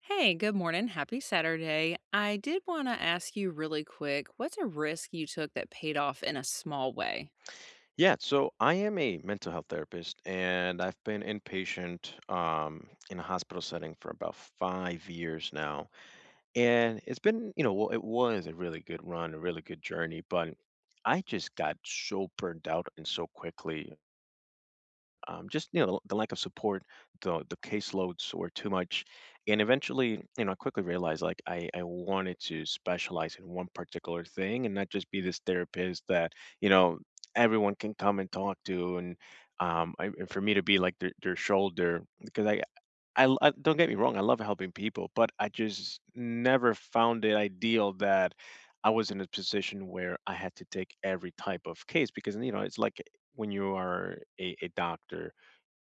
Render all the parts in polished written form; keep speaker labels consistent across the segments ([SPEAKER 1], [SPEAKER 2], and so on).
[SPEAKER 1] Hey, good morning. Happy Saturday. I did want to ask you really quick, what's a risk you took that paid off in a small way?
[SPEAKER 2] Yeah, so I am a mental health therapist, and I've been inpatient in a hospital setting for about 5 years now. And it's been, you know, well, it was a really good run, a really good journey, but I just got so burned out and so quickly. Just you know the lack of support the caseloads were too much, and eventually you know I quickly realized like I wanted to specialize in one particular thing and not just be this therapist that, you know, everyone can come and talk to. And and for me to be like their shoulder because I don't get me wrong, I love helping people, but I just never found it ideal that I was in a position where I had to take every type of case because you know it's like when you are a doctor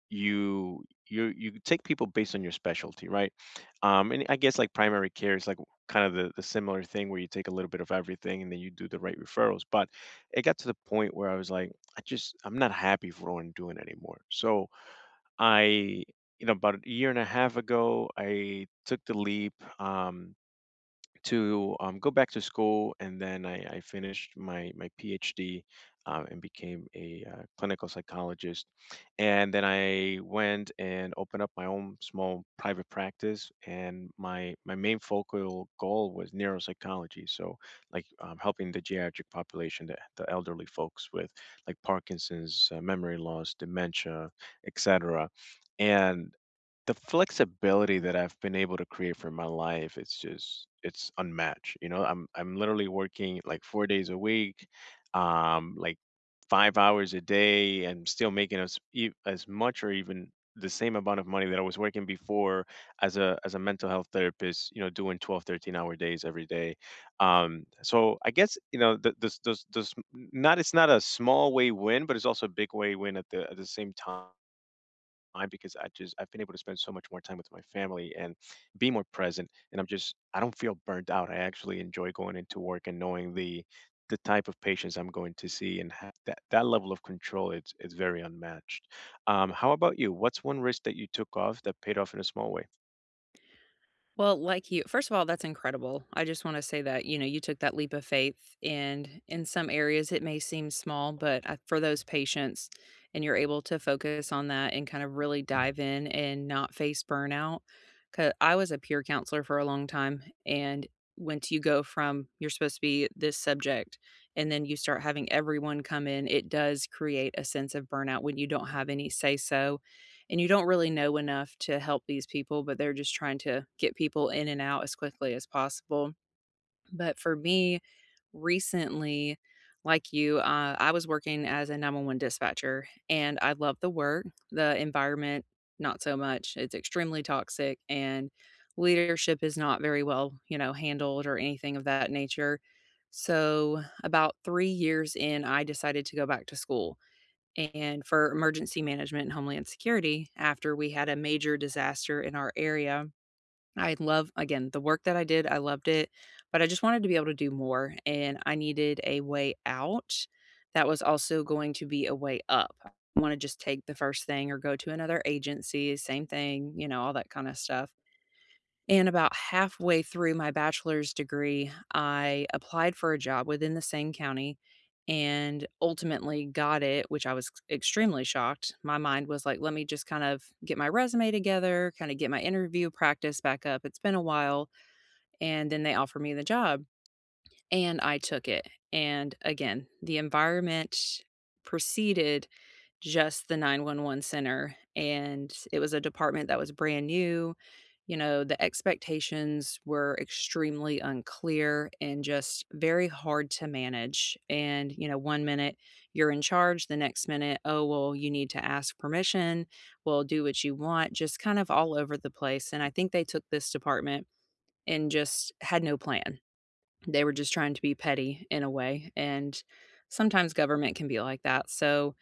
[SPEAKER 2] you take people based on your specialty, right? And I guess like primary care is like kind of the similar thing where you take a little bit of everything and then you do the right referrals. But it got to the point where I was like, I just I'm not happy for what I'm doing anymore. So I you know about a year and a half ago I took the leap. Um, to go back to school, and then I finished my PhD, and became a clinical psychologist. And then I went and opened up my own small private practice, and my main focal goal was neuropsychology. So like helping the geriatric population, the elderly folks with like Parkinson's, memory loss, dementia, etc. And the flexibility that I've been able to create for my life, it's just it's unmatched. You know, I'm literally working like 4 days a week, um, like 5 hours a day, and still making as much or even the same amount of money that I was working before as a mental health therapist. You know, doing 12, 13 hour days every day. So I guess you know the, this not it's not a small way win, but it's also a big way win at the same time because I just I've been able to spend so much more time with my family and be more present. And I'm just I don't feel burnt out. I actually enjoy going into work and knowing the type of patients I'm going to see and have that level of control. It's very unmatched. How about you? What's one risk that you took off that paid off in a small way?
[SPEAKER 1] Well, like you first of all, that's incredible. I just wanna say that, you know, you took that leap of faith, and in some areas, it may seem small, but I for those patients and you're able to focus on that and kind of really dive in and not face burnout. Because I was a peer counselor for a long time, and once you go from, "You're supposed to be this subject," and then you start having everyone come in, it does create a sense of burnout when you don't have any say so and you don't really know enough to help these people, but they're just trying to get people in and out as quickly as possible. But for me, recently, like you, I was working as a 911 dispatcher and I love the work, the environment, not so much. It's extremely toxic and leadership is not very well, you know, handled or anything of that nature. So, about 3 years in, I decided to go back to school and for emergency management and homeland security after we had a major disaster in our area. I love, again, the work that I did, I loved it, but I just wanted to be able to do more, and I needed a way out that was also going to be a way up. I want to just take the first thing or go to another agency, same thing, you know, all that kind of stuff. And about halfway through my bachelor's degree, I applied for a job within the same county and ultimately got it, which I was extremely shocked. My mind was like, let me just kind of get my resume together, kind of get my interview practice back up. It's been a while. And then they offered me the job and I took it. And again, the environment proceeded just the 911 center, and it was a department that was brand new, you know, the expectations were extremely unclear and just very hard to manage, and, you know, one minute you're in charge, the next minute, "Oh, well, you need to ask permission, well, do what you want," just kind of all over the place, and I think they took this department and just had no plan. They were just trying to be petty in a way, and sometimes government can be like that, so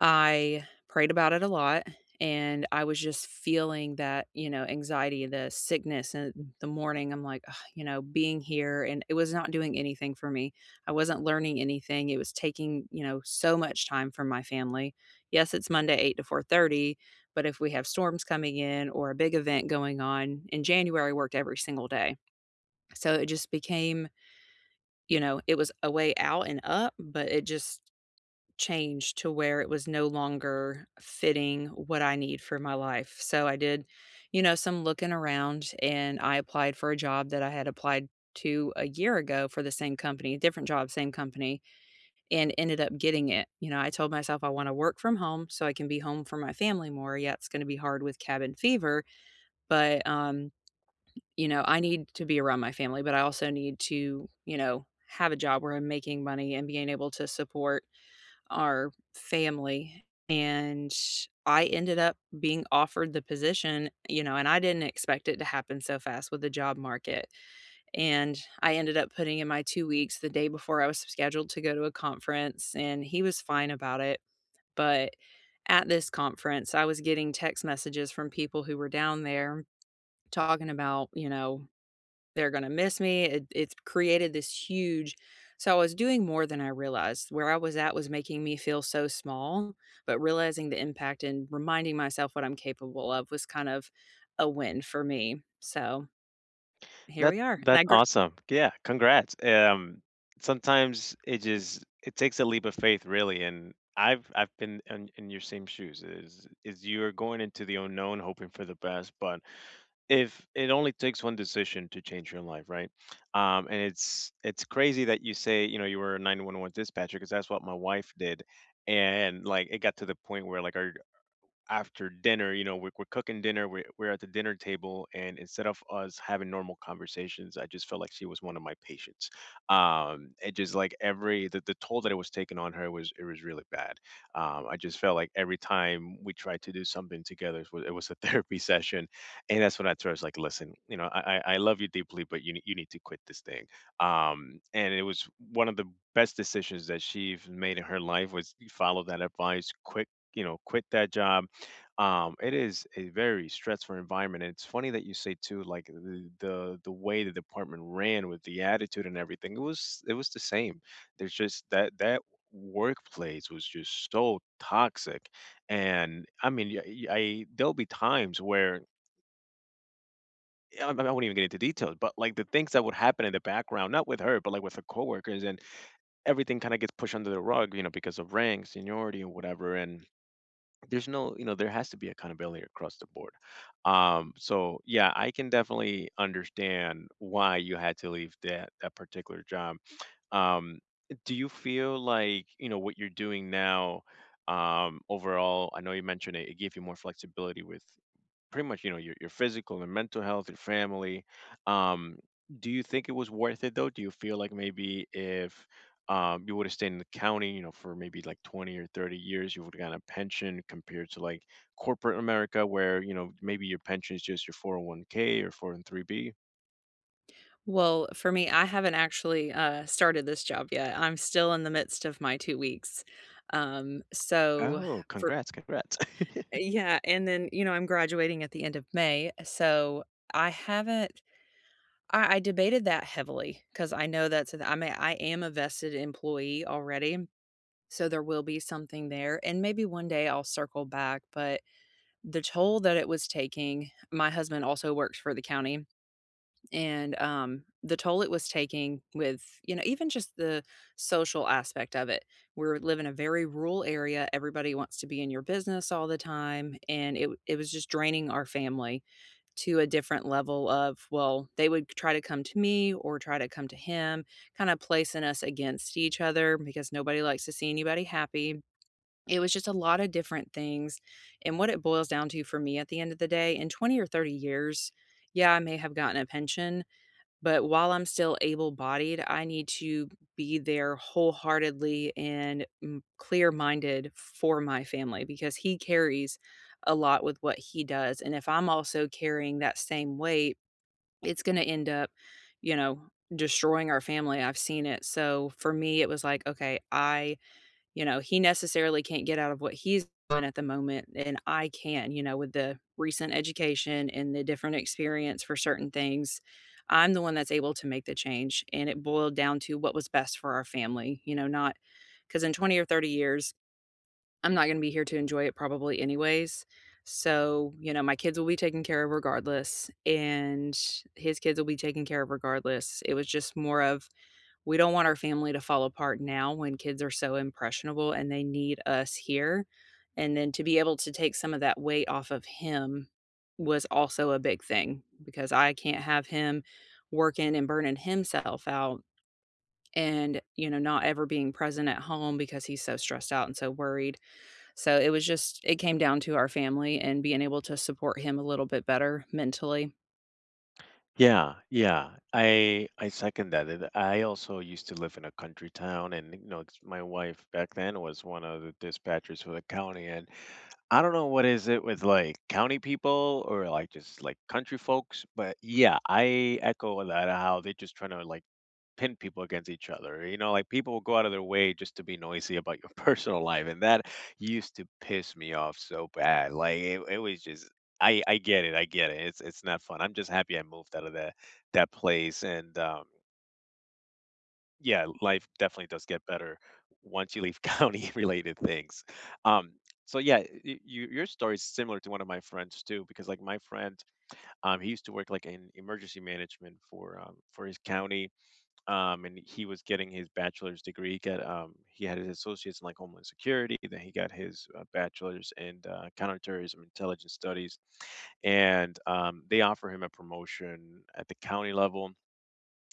[SPEAKER 1] I prayed about it a lot, and I was just feeling that, you know, anxiety, the sickness and the morning. I'm like, "Ugh," you know, being here and it was not doing anything for me. I wasn't learning anything. It was taking, you know, so much time from my family. Yes, it's Monday 8 to 4:30, but if we have storms coming in or a big event going on, in January I worked every single day. So it just became, you know, it was a way out and up, but it just change to where it was no longer fitting what I need for my life. So I did, you know, some looking around and I applied for a job that I had applied to a year ago for the same company, different job, same company, and ended up getting it. You know, I told myself I want to work from home so I can be home for my family more. Yeah, it's going to be hard with cabin fever, but you know, I need to be around my family, but I also need to, you know, have a job where I'm making money and being able to support our family and I ended up being offered the position, you know, and I didn't expect it to happen so fast with the job market. And I ended up putting in my 2 weeks the day before I was scheduled to go to a conference and he was fine about it, but at this conference, I was getting text messages from people who were down there talking about, you know, they're gonna miss me. It's created this huge so I was doing more than I realized. Where I was at was making me feel so small, but realizing the impact and reminding myself what I'm capable of was kind of a win for me. So, here
[SPEAKER 2] That
[SPEAKER 1] we are. And
[SPEAKER 2] that's
[SPEAKER 1] I grew
[SPEAKER 2] awesome. Yeah, congrats. Sometimes it just it takes a leap of faith, really, and I've been in your same shoes. Is You're going into the unknown, hoping for the best, but if it only takes one decision to change your life, right? And it's crazy that you say you know you were a 911 dispatcher because that's what my wife did, and like it got to the point where like our after dinner, you know, we're cooking dinner, we're at the dinner table, and instead of us having normal conversations, I just felt like she was one of my patients. It just like every the toll that it was taking on her was it was really bad. I just felt like every time we tried to do something together, it was a therapy session, and that's when I told her, I was like, listen, you know, I love you deeply, but you need to quit this thing. And it was one of the best decisions that she's made in her life was follow that advice, quit, you know, quit that job. It is a very stressful environment. And it's funny that you say too, like the way the department ran with the attitude and everything, it was the same. There's just that workplace was just so toxic, and I mean, I there'll be times where. I won't even get into details, but like the things that would happen in the background, not with her, but like with her coworkers, and everything kind of gets pushed under the rug, you know, because of rank, seniority, and whatever. And there's no, you know, there has to be accountability across the board. So yeah, I can definitely understand why you had to leave that particular job. Um do you feel like you know what you're doing now, um, overall? I know you mentioned it, it gave you more flexibility with pretty much, you know, your physical and mental health, your family. Um, do you think it was worth it though? Do you feel like maybe if, you would have stayed in the county, you know, for maybe like 20 or 30 years, you would have gotten a pension compared to like corporate America, where, you know, maybe your pension is just your 401k or 403b. Oh, three b?
[SPEAKER 1] well, for me, I haven't actually, started this job yet. I'm still in the midst of my 2 weeks. So
[SPEAKER 2] Oh,
[SPEAKER 1] for
[SPEAKER 2] congrats, congrats.
[SPEAKER 1] yeah, and then, you know, I'm graduating at the end of May, so I haven't I debated that heavily because I know that's I mean, I am a vested employee already, so there will be something there, and maybe one day I'll circle back, but the toll that it was taking my husband also works for the county, and, the toll it was taking with, you know, even just the social aspect of it. We're live in a very rural area, everybody wants to be in your business all the time, and it was just draining our family to a different level of, well, they would try to come to me or try to come to him, kinda placing us against each other because nobody likes to see anybody happy. It was just a lot of different things, and what it boils down to for me at the end of the day, in 20 or 30 years, yeah, I may have gotten a pension, but while I'm still able-bodied, I need to be there wholeheartedly and clear-minded for my family because he carries a lot with what he does, and if I'm also carrying that same weight, it's gonna end up, you know, destroying our family, I've seen it. So, for me, it was like, "Okay, I he necessarily can't get out of what he's doing at the moment, and I can, you know, with the recent education and the different experience for certain things, I'm the one that's able to make the change, and it boiled down to what was best for our family, you know, not because in 20 or 30 years, I'm not gonna be here to enjoy it probably anyways, so, you know, my kids will be taken care of regardless, and his kids will be taken care of regardless. It was just more of we don't want our family to fall apart now when kids are so impressionable and they need us here. And then to be able to take some of that weight off of him was also a big thing because I can't have him working and burning himself out and, you know, not ever being present at home because he's so stressed out and so worried. So it was just, it came down to our family and being able to support him a little bit better mentally.
[SPEAKER 2] Yeah, yeah. I second that. And I also used to live in a country town, and you know, it's- my wife back then was one of the dispatchers for the county. And I don't know what is it with like county people or like just like country folks, but yeah, I echo that how they're just trying to like pin people against each other. You know, like people will go out of their way just to be noisy about your personal life, and that used to piss me off so bad. Like it was just I get it, I get it. It's not fun. I'm just happy I moved out of that place, and, yeah, life definitely does get better once you leave county-related things. Um, so yeah, your story is similar to one of my friends too, because like my friend, he used to work like in emergency management for his county, and he was getting his bachelor's degree. He got he had his associates in like homeland security. Then he got his bachelor's in counterterrorism intelligence studies, and, they offer him a promotion at the county level,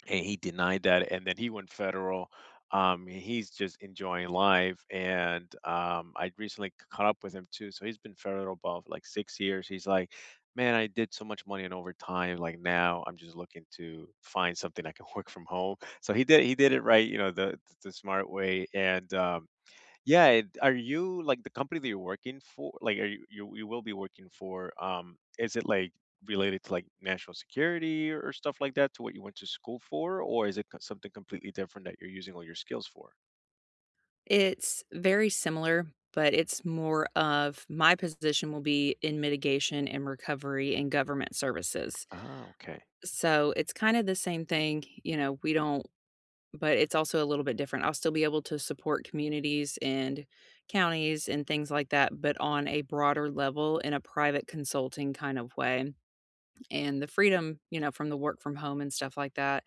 [SPEAKER 2] and he denied that, and then he went federal. And he's just enjoying life. And, um, I recently caught up with him too, so he's been federal about like 6 years. He's like, man, I did so much money in overtime. Like, now I'm just looking to find something I can work from home. So he did, he did it right, you know, the smart way. And, um, yeah, are you like the company that you're working for? Like, are you will be working for? Is it like related to like national security or stuff like that to what you went to school for, or is it something completely different that you're using all your skills for?
[SPEAKER 1] It's very similar, but it's more of my position will be in mitigation and recovery and government services.
[SPEAKER 2] Ah, okay.
[SPEAKER 1] So it's kind of the same thing, you know, we don't but it's also a little bit different. I'll still be able to support communities and counties and things like that, but on a broader level in a private consulting kind of way. And the freedom, you know, from the work from home and stuff like that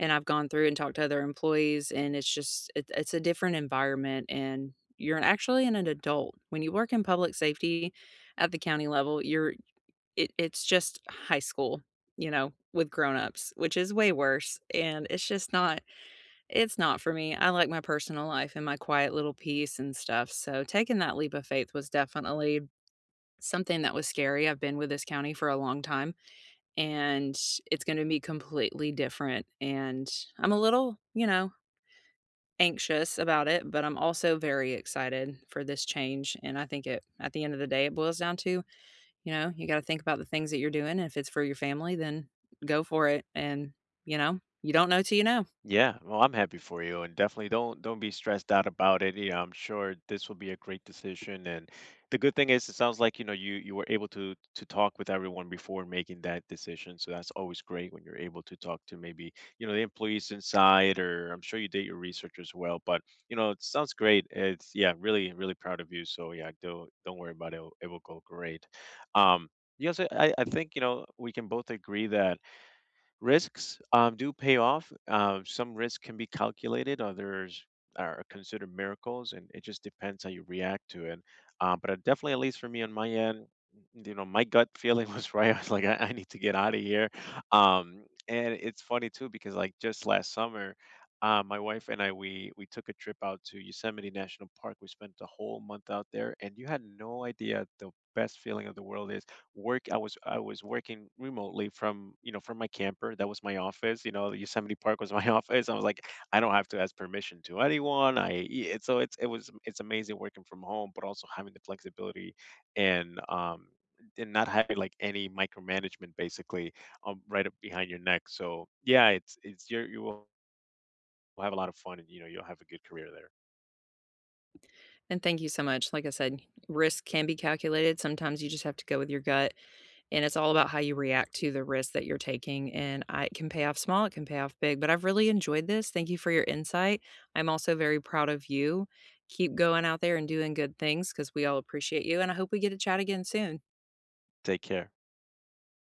[SPEAKER 1] and I've gone through and talked to other employees, and it's just it's a different environment, and you're actually an adult. When you work in public safety at the county level, you're it's just high school, you know, with grown-ups, which is way worse, and it's not for me. I like my personal life and my quiet little peace and stuff, so taking that leap of faith was definitely something that was scary. I've been with this county for a long time and it's gonna be completely different, and I'm a little, you know, anxious about it, but I'm also very excited for this change, and I think it at the end of the day, it boils down to, you know, you gotta think about the things that you're doing, if it's for your family, then go for it, and, you know, you don't know till you know.
[SPEAKER 2] Yeah, well, I'm happy for you, and definitely don't be stressed out about it. You know, I'm sure this will be a great decision, and the good thing is, it sounds like you know you were able to talk with everyone before making that decision. So that's always great when you're able to talk to maybe, you know, the employees inside, or I'm sure you did your research as well. But you know, it sounds great. It's yeah, really really proud of you. So yeah, don't worry about it. It will go great. Um, you also, I think you know we can both agree that risks, do pay off. Some risks can be calculated, others are considered miracles, and it just depends how you react to it. But I definitely, at least for me on my end, you know, my gut feeling was right. I was like, I need to get out of here. And it's funny too because like just last summer, my wife and I we took a trip out to Yosemite National Park. We spent the whole month out there, and you had no idea the best feeling of the world is work. I was working remotely from, you know, from my camper. That was my office, you know. The Yosemite park was my office. I was like, I don't have to ask permission to anyone. I Yeah, so it's it was it's amazing working from home but also having the flexibility, and, um, and not having like any micromanagement basically, um, right up behind your neck. So yeah, it's you will have a lot of fun, and you know you'll have a good career there.
[SPEAKER 1] And thank you so much. Like I said, risk can be calculated. Sometimes you just have to go with your gut. And it's all about how you react to the risk that you're taking. And I, it can pay off small, it can pay off big. But I've really enjoyed this. Thank you for your insight. I'm also very proud of you. Keep going out there and doing good things because we all appreciate you. And I hope we get to chat again soon.
[SPEAKER 2] Take care.